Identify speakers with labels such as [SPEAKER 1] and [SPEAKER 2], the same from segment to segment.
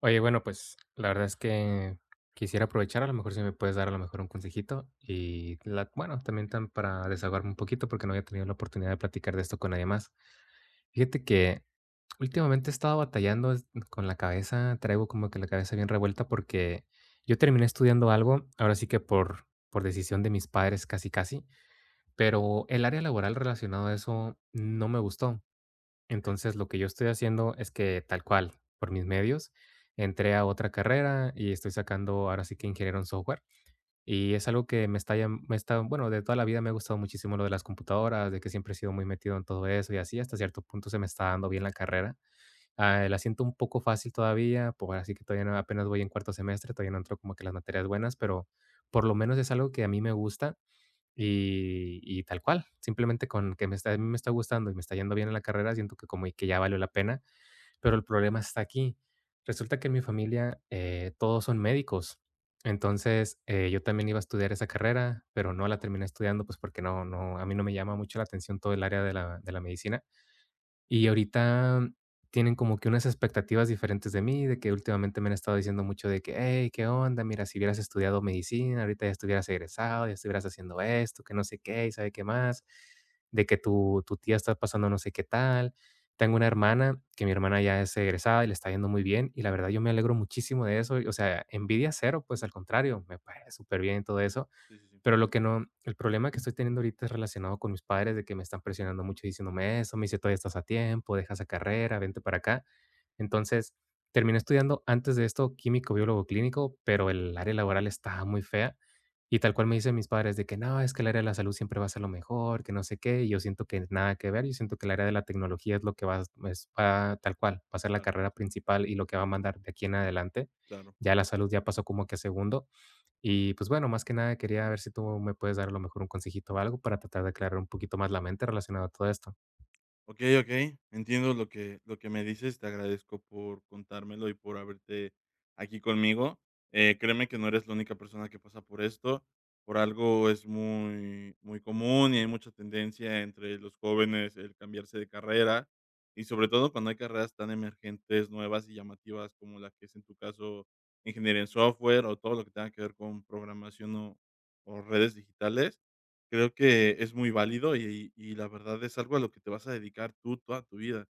[SPEAKER 1] Oye, bueno, pues, la verdad es que quisiera aprovechar, a lo mejor si me puedes dar a lo mejor un consejito y la bueno, también tan para desahogarme un poquito porque no había tenido la oportunidad de platicar de esto con nadie más. Fíjate que últimamente he estado batallando es con la cabeza, traigo como que la cabeza bien revuelta porque yo terminé estudiando algo, ahora sí que por decisión de mis padres casi, casi, pero el área laboral relacionado a eso no me gustó.
[SPEAKER 2] Okey.
[SPEAKER 1] Entonces, lo que yo estoy haciendo es que tal cual, por mis medios, entré a otra carrera y estoy sacando ahora sí que ingeniero en software. Y es algo que me está, bueno, de toda la vida me ha gustado muchísimo lo de las computadoras, de que siempre he sido muy metido en todo eso y así, hasta cierto punto se me está dando bien la carrera. Ah, la siento un poco fácil todavía, pues ahora sí que todavía no- apenas voy en cuarto semestre, todavía no entro como que las materias buenas, pero por lo menos es algo que a mí me gusta y tal cual, simplemente con que me está gustando y me está yendo bien en la carrera, siento que como que ya valió la pena, pero el problema está aquí. Resulta que en mi familia, todos son médicos. Entonces, yo también iba a estudiar esa carrera, pero no la terminé estudiando, pues, porque no, a mí no me llama mucho la atención todo el área de la medicina. Y ahorita tienen como que unas expectativas diferentes de mí, de que últimamente me han estado diciendo mucho de que, hey, ¿qué onda? Mira, si hubieras estudiado medicina, ahorita ya estuvieras egresado, ya estuvieras haciendo esto, que no sé qué, y sabe qué más, de que tu tía está pasando no sé qué tal. Tengo una hermana, que mi hermana ya es egresada y le está yendo muy bien, y la verdad yo me alegro muchísimo de eso, y, o sea, envidia cero, pues al contrario, me parece súper bien todo eso,
[SPEAKER 2] Sí, sí, sí.
[SPEAKER 1] pero lo que no el problema que estoy teniendo ahorita es relacionado con mis padres, de que me están presionando mucho diciéndome eso, me dice: "Todavía estás a tiempo, deja esa carrera, vente para acá". Entonces, terminé estudiando antes de esto químico, biólogo clínico, pero el área laboral estaba muy fea, y tal cual me dicen mis padres de que: "No, es que el área de la salud siempre va a ser lo mejor, que no sé qué", y yo siento que nada que ver, yo siento que el área de la tecnología es lo que va a- es va tal cual, va a ser la
[SPEAKER 2] Claro,
[SPEAKER 1] carrera principal y lo que va a mandar de aquí en adelante.
[SPEAKER 2] claro.
[SPEAKER 1] Ya la salud ya pasó como que a segundo. Y pues bueno, más que nada quería ver si tú me puedes dar a lo mejor un consejito o algo para tratar de aclarar un poquito más la mente relacionado a todo esto.
[SPEAKER 2] Okey, okey. Entiendo lo que me dices. Te agradezco por contármelo y por haberte aquí conmigo. Créeme que no eres la única persona que pasa por esto. Por algo es muy común y hay mucha tendencia entre los jóvenes el cambiarse de carrera, y sobre todo cuando hay carreras tan emergentes, nuevas y llamativas como la que es en tu caso ingeniería en software o todo lo que tenga que ver con programación o redes digitales. Creo que es muy válido y la verdad es algo a lo que te vas a dedicar tú toda tu vida.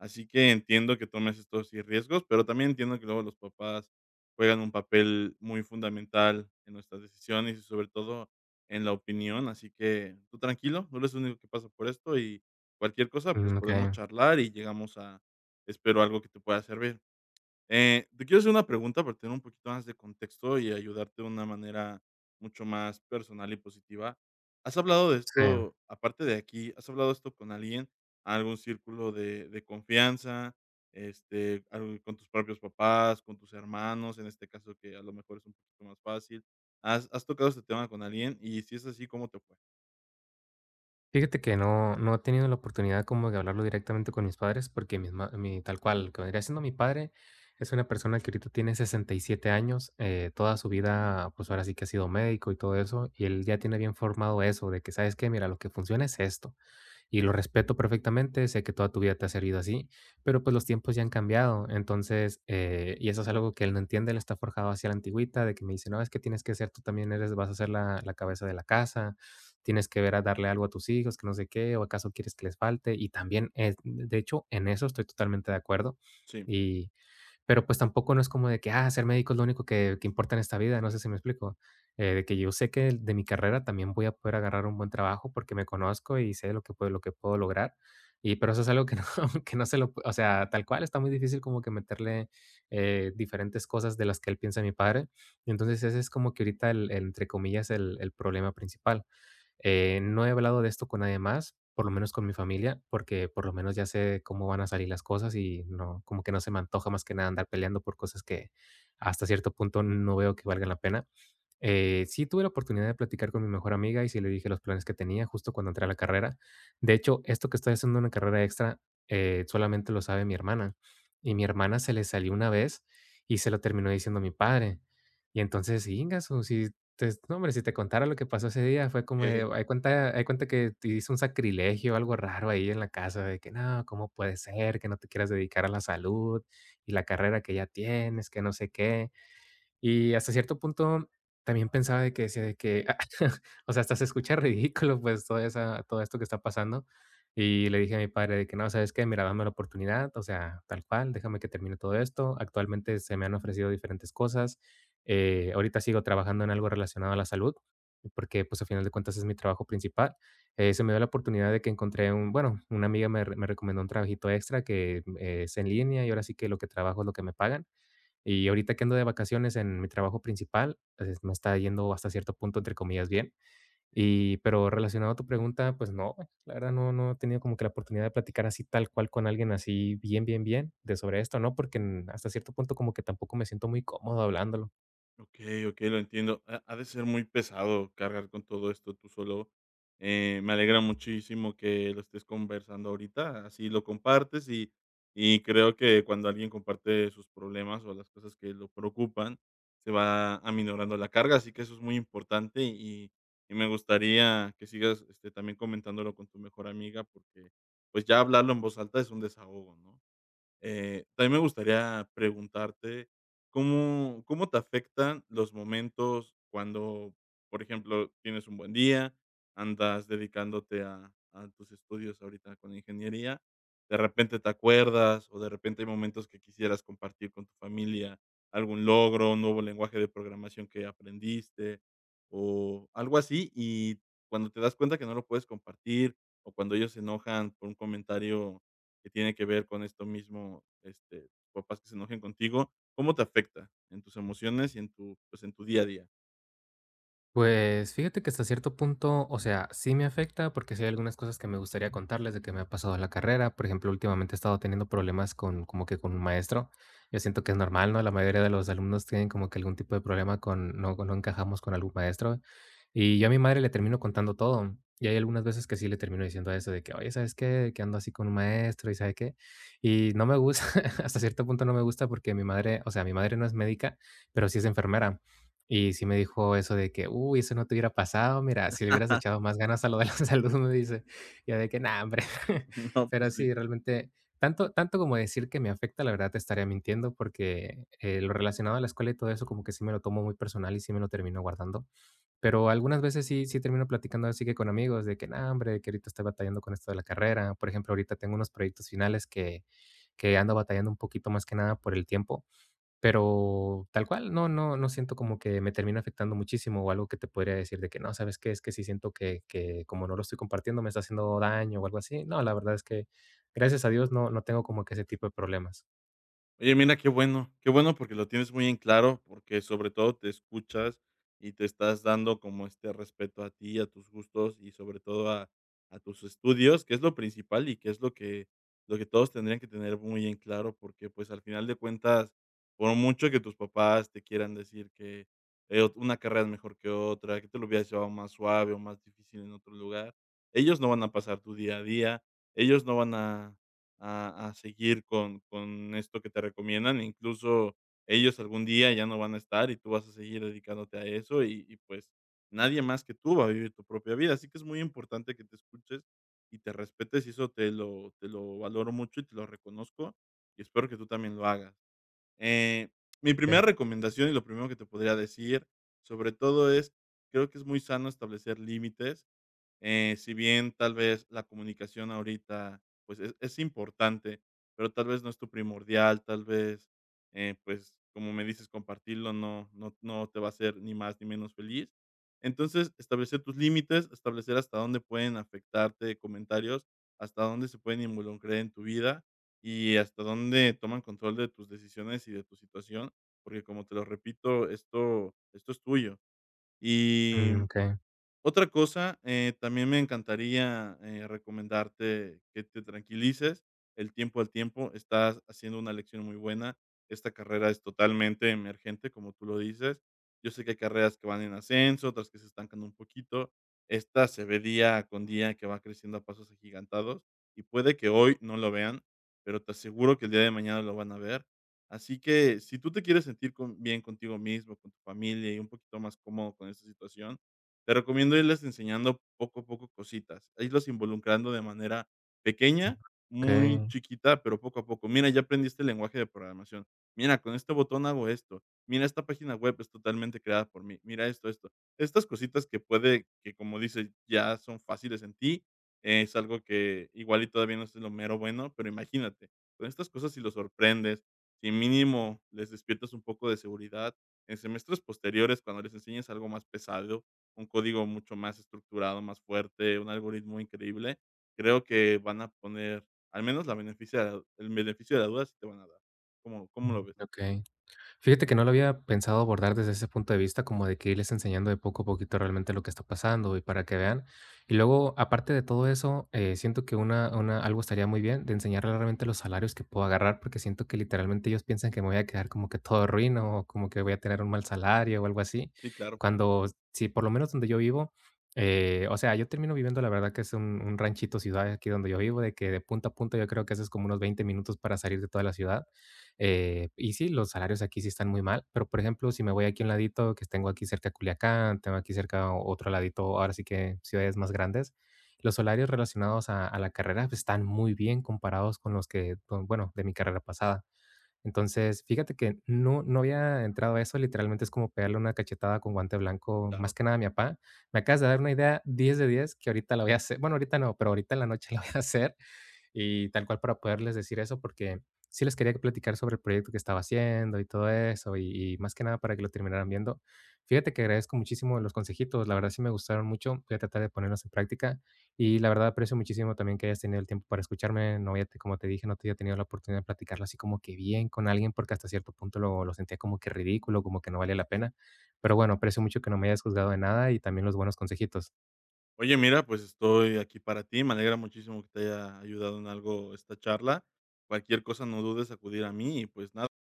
[SPEAKER 2] Así que entiendo que tomes estos sí riesgos, pero también entiendo que luego los papás juegan un papel muy fundamental en nuestras decisiones y sobre todo en la opinión. Así que tú tranquilo, no eres el único que pasa por esto y cualquier cosa, pues
[SPEAKER 1] Mm,
[SPEAKER 2] podemos
[SPEAKER 1] okey,
[SPEAKER 2] charlar y llegamos a, espero, algo que te pueda servir. Te quiero hacer una pregunta para tener un poquito más de contexto y ayudarte de una manera mucho más personal y positiva. ¿Has hablado de
[SPEAKER 1] sí.
[SPEAKER 2] esto, aparte de aquí, has hablado de esto con alguien, algún círculo de confianza, este, algo con tus propios papás, con tus hermanos, en este caso que a lo mejor es un poquito más fácil? ¿Has, has tocado este tema con alguien? Y si es así, ¿cómo te fue?
[SPEAKER 1] Fíjate que no he tenido la oportunidad como de hablarlo directamente con mis padres, porque mis ma mi tal cual, lo que vendría siendo mi padre es una persona que ahorita tiene 67 años, toda su vida, pues ahora sí que ha sido médico y todo eso, y él ya tiene bien formado eso de que, ¿sabes qué? Mira, lo que funciona es esto. Y lo respeto perfectamente, sé que toda tu vida te ha servido así, pero pues los tiempos ya han cambiado. Entonces, y eso es algo que él no entiende, él está forjado hacia la antigüita, de que me dice, no, es que tienes que ser, tú también eres, vas a ser la cabeza de la casa, tienes que ver a darle algo a tus hijos, que no sé qué, o acaso quieres que les falte. Y también, es, de hecho, en eso estoy totalmente de acuerdo.
[SPEAKER 2] Sí,
[SPEAKER 1] Y, pero, pues, tampoco no es como de que, ah, ser médico es lo único que importa en esta vida, no sé si me explico. De que yo sé que de mi carrera también voy a poder agarrar un buen trabajo porque me conozco y sé lo que puedo lograr. Y, pero eso es algo que no que no se lo pu- o sea, tal cual, está muy difícil como que meterle, diferentes cosas de las que él piensa, mi padre. Y entonces, ese es como que ahorita entre comillas, el problema principal. No he hablado de esto con nadie más, por lo menos con mi familia, porque por lo menos ya sé cómo van a salir las cosas y no, como que no se me antoja más que nada andar peleando por cosas que hasta cierto punto no veo que valgan la pena. Sí tuve la oportunidad de platicar con mi mejor amiga y sí le dije los planes que tenía justo cuando entré a la carrera. De hecho, esto que estoy haciendo una carrera extra solamente lo sabe mi hermana. Y mi hermana se le salió una vez y se lo terminó diciendo mi padre. Y entonces, ingaso, sí, entonces, no, hombre, si te contara lo que pasó ese día, fue como
[SPEAKER 2] ok.
[SPEAKER 1] de, hay cuenta que te hice un sacrilegio, algo raro ahí en la casa, de que no, ¿cómo puede ser que no te quieras dedicar a la salud y la carrera que ya tienes, que no sé qué? Y hasta cierto punto también pensaba de que decía de que, o sea, hasta se escucha ridículo, pues, toda esa todo esto que está pasando. Y le dije a mi padre de que: "No, ¿sabes qué? Mira, dame la oportunidad, o sea, tal cual, déjame que termine todo esto". Actualmente se me han ofrecido diferentes cosas. Ahorita sigo trabajando en algo relacionado a la salud, porque, pues, a final de cuentas es mi trabajo principal. Se me dio la oportunidad de que encontré un bueno, una amiga me recomendó un trabajito extra que, es en línea y ahora sí que lo que trabajo es lo que me pagan. Y ahorita que ando de vacaciones en mi trabajo principal, pues, me está yendo hasta cierto punto, entre comillas, bien. Y, pero relacionado a tu pregunta, pues no, la verdad no, no he tenido como que la oportunidad de platicar así tal cual con alguien así bien, bien, bien de sobre esto, ¿no? Porque en- hasta cierto punto como que tampoco me siento muy cómodo hablándolo.
[SPEAKER 2] Ok, ok, lo entiendo. Ha de ser muy pesado cargar con todo esto tú solo. Me alegra muchísimo que lo estés conversando ahorita, así lo compartes y creo que cuando alguien comparte sus problemas o las cosas que lo preocupan, se va aminorando la carga, así que eso es muy importante y me gustaría que sigas, este, también comentándolo con tu mejor amiga porque, pues, ya hablarlo en voz alta es un desahogo, ¿no? También me gustaría preguntarte, ¿cómo cómo te afectan los momentos cuando, por ejemplo, tienes un buen día, andas dedicándote a tus estudios ahorita con ingeniería, de repente te acuerdas, o de repente hay momentos que quisieras compartir con tu familia algún logro, un nuevo lenguaje de programación que aprendiste, o algo así, y cuando te das cuenta que no lo puedes compartir, o cuando ellos se enojan por un comentario que tiene que ver con esto mismo, este, papás que se enojen contigo, ¿cómo te afecta en tus emociones y en tu, pues, en tu día a día?
[SPEAKER 1] Pues, fíjate que hasta cierto punto, o sea, sí me afecta, porque sí hay algunas cosas que me gustaría contarles de que me ha pasado en la carrera. Por ejemplo, últimamente he estado teniendo problemas con como que con un maestro. Yo siento que es normal, ¿no? La mayoría de los alumnos tienen como que algún tipo de problema con no encajamos con algún maestro. Y yo a mi madre le termino contando todo. Y hay algunas veces que sí le termino diciendo eso de que: "Oye, ¿sabes qué? Que ando así con un maestro y ¿sabe qué?". Y no me gusta, hasta cierto punto no me gusta porque mi madre, o sea, mi madre no es médica, pero sí es enfermera. Y sí me dijo eso de que: "Uy, eso no te hubiera pasado, mira, si le hubieras echado más ganas a lo de la salud", me dice. Yo de que: nah hombre".
[SPEAKER 2] No,
[SPEAKER 1] Pero
[SPEAKER 2] pues sí.
[SPEAKER 1] sí, realmente, tanto tanto como decir que me afecta, la verdad te estaría mintiendo, porque, lo relacionado a la escuela y todo eso, como que sí me lo tomo muy personal y sí me lo termino guardando. Pero algunas veces sí termino platicando así que con amigos de que: nah hombre, que ahorita estoy batallando con esto de la carrera". Por ejemplo, ahorita tengo unos proyectos finales que ando batallando un poquito más que nada por el tiempo. Pero tal cual, no siento como que me termina afectando muchísimo, o algo que te podría decir de que: "No, ¿sabes qué? Es que sí siento que como no lo estoy compartiendo, me está haciendo daño", o algo así. No, la verdad es que, gracias a Dios, no tengo como que ese tipo de problemas.
[SPEAKER 2] Oye, mira, qué bueno porque lo tienes muy en claro, porque sobre todo te escuchas y te estás dando como este respeto a ti, a tus gustos y sobre todo a tus estudios, que es lo principal y que es lo que todos tendrían que tener muy en claro, porque pues al final de cuentas, por mucho que tus papás te quieran decir que una carrera es mejor que otra, que te lo hubieras llevado más suave o más difícil en otro lugar, ellos no van a pasar tu día a día, ellos no van a a seguir con esto que te recomiendan, incluso ellos algún día ya no van a estar y tú vas a seguir dedicándote a eso y, pues, nadie más que tú va a vivir tu propia vida. Así que es muy importante que te escuches y te respetes, y eso te lo valoro mucho y te lo reconozco, y espero que tú también lo hagas. Eh, Mi primera
[SPEAKER 1] Okey.
[SPEAKER 2] recomendación y lo primero que te podría decir, sobre todo es, creo que es muy sano establecer límites, si bien tal vez la comunicación ahorita, pues, es importante, pero tal vez no es tu primordial, tal vez, pues, como me dices, compartirlo no te va a hacer ni más ni menos feliz. Entonces, establecer tus límites, establecer hasta dónde pueden afectarte comentarios, hasta dónde se pueden involucrar en tu vida y hasta dónde toman control de tus decisiones y de tu situación, porque como te lo repito, esto es tuyo. Y
[SPEAKER 1] Mm, okey,
[SPEAKER 2] otra cosa, también me encantaría, recomendarte que te tranquilices, el tiempo al tiempo, estás haciendo una elección muy buena, esta carrera es totalmente emergente, como tú lo dices, yo sé que hay carreras que van en ascenso, otras que se estancan un poquito, esta se ve día con día que va creciendo a pasos agigantados y puede que hoy no lo vean, pero te aseguro que el día de mañana lo van a ver, así que si tú te quieres sentir con bien contigo mismo, con tu familia y un poquito más cómodo con esta situación, te recomiendo irles enseñando poco a poco cositas, e irlos involucrando de manera pequeña, muy
[SPEAKER 1] okey,
[SPEAKER 2] chiquita, pero poco a poco. Mira, ya aprendiste el lenguaje de programación. Mira, con este botón hago esto. Mira, esta página web es totalmente creada por mí. Mira esto, esto. Estas cositas que puede que, como dices, ya son fáciles en ti, es algo que igual y todavía no es lo mero bueno, pero imagínate, con estas cosas si los sorprendes, si mínimo les despiertas un poco de seguridad, en semestres posteriores, cuando les enseñes algo más pesado, un código mucho más estructurado, más fuerte, un algoritmo increíble, creo que van a poner al menos la beneficia de la el beneficio de la duda sí te van a dar. ¿Cómo cómo lo ves?
[SPEAKER 1] okey. Fíjate que no lo había pensado abordar desde ese punto de vista, como de que irles enseñando de poco a poquito realmente lo que está pasando y para que vean. Y luego, aparte de todo eso, siento que algo estaría muy bien de enseñarles realmente los salarios que puedo agarrar, porque siento que literalmente ellos piensan que me voy a quedar como que todo ruino, o como que voy a tener un mal salario o algo así.
[SPEAKER 2] Sí, claro,
[SPEAKER 1] Cuando, sí, por lo menos donde yo vivo, o sea, yo termino viviendo, la verdad que es un ranchito ciudad aquí donde yo vivo, de que de punta a punta yo creo que haces como unos 20 minutos para salir de toda la ciudad. Y sí, los salarios aquí sí están muy mal, pero, por ejemplo, si me voy aquí a un ladito, que tengo aquí cerca Culiacán, tengo aquí cerca otro ladito, ahora sí que ciudades más grandes, los salarios relacionados a la carrera pues, están muy bien comparados con los que, con- bueno, de mi carrera pasada. Entonces, fíjate que no, no había entrado a eso, literalmente es como pegarle una cachetada con guante blanco, más
[SPEAKER 2] claro.
[SPEAKER 1] que nada a mi papá. Me acabas de dar una idea 10 de 10 que ahorita la voy a hacer, bueno, ahorita no, pero ahorita en la noche la voy a hacer y tal cual para poderles decir eso, porque sí les quería platicar sobre el proyecto que estaba haciendo y todo eso, y más que nada para que lo terminaran viendo. Fíjate que agradezco muchísimo los consejitos, la verdad sí me gustaron mucho, voy a tratar de ponerlos en práctica y la verdad aprecio muchísimo también que hayas tenido el tiempo para escucharme, no había, como te dije, no te había tenido la oportunidad de platicarlo así como que bien con alguien porque hasta cierto punto lo sentía como que ridículo, como que no valía la pena, pero bueno, aprecio mucho que no me hayas juzgado de nada y también los buenos consejitos.
[SPEAKER 2] Oye, mira, pues, estoy aquí para ti. Me alegra muchísimo que te haya ayudado en algo esta charla. Cualquier cosa no dudes acudir a mí y, pues, nada.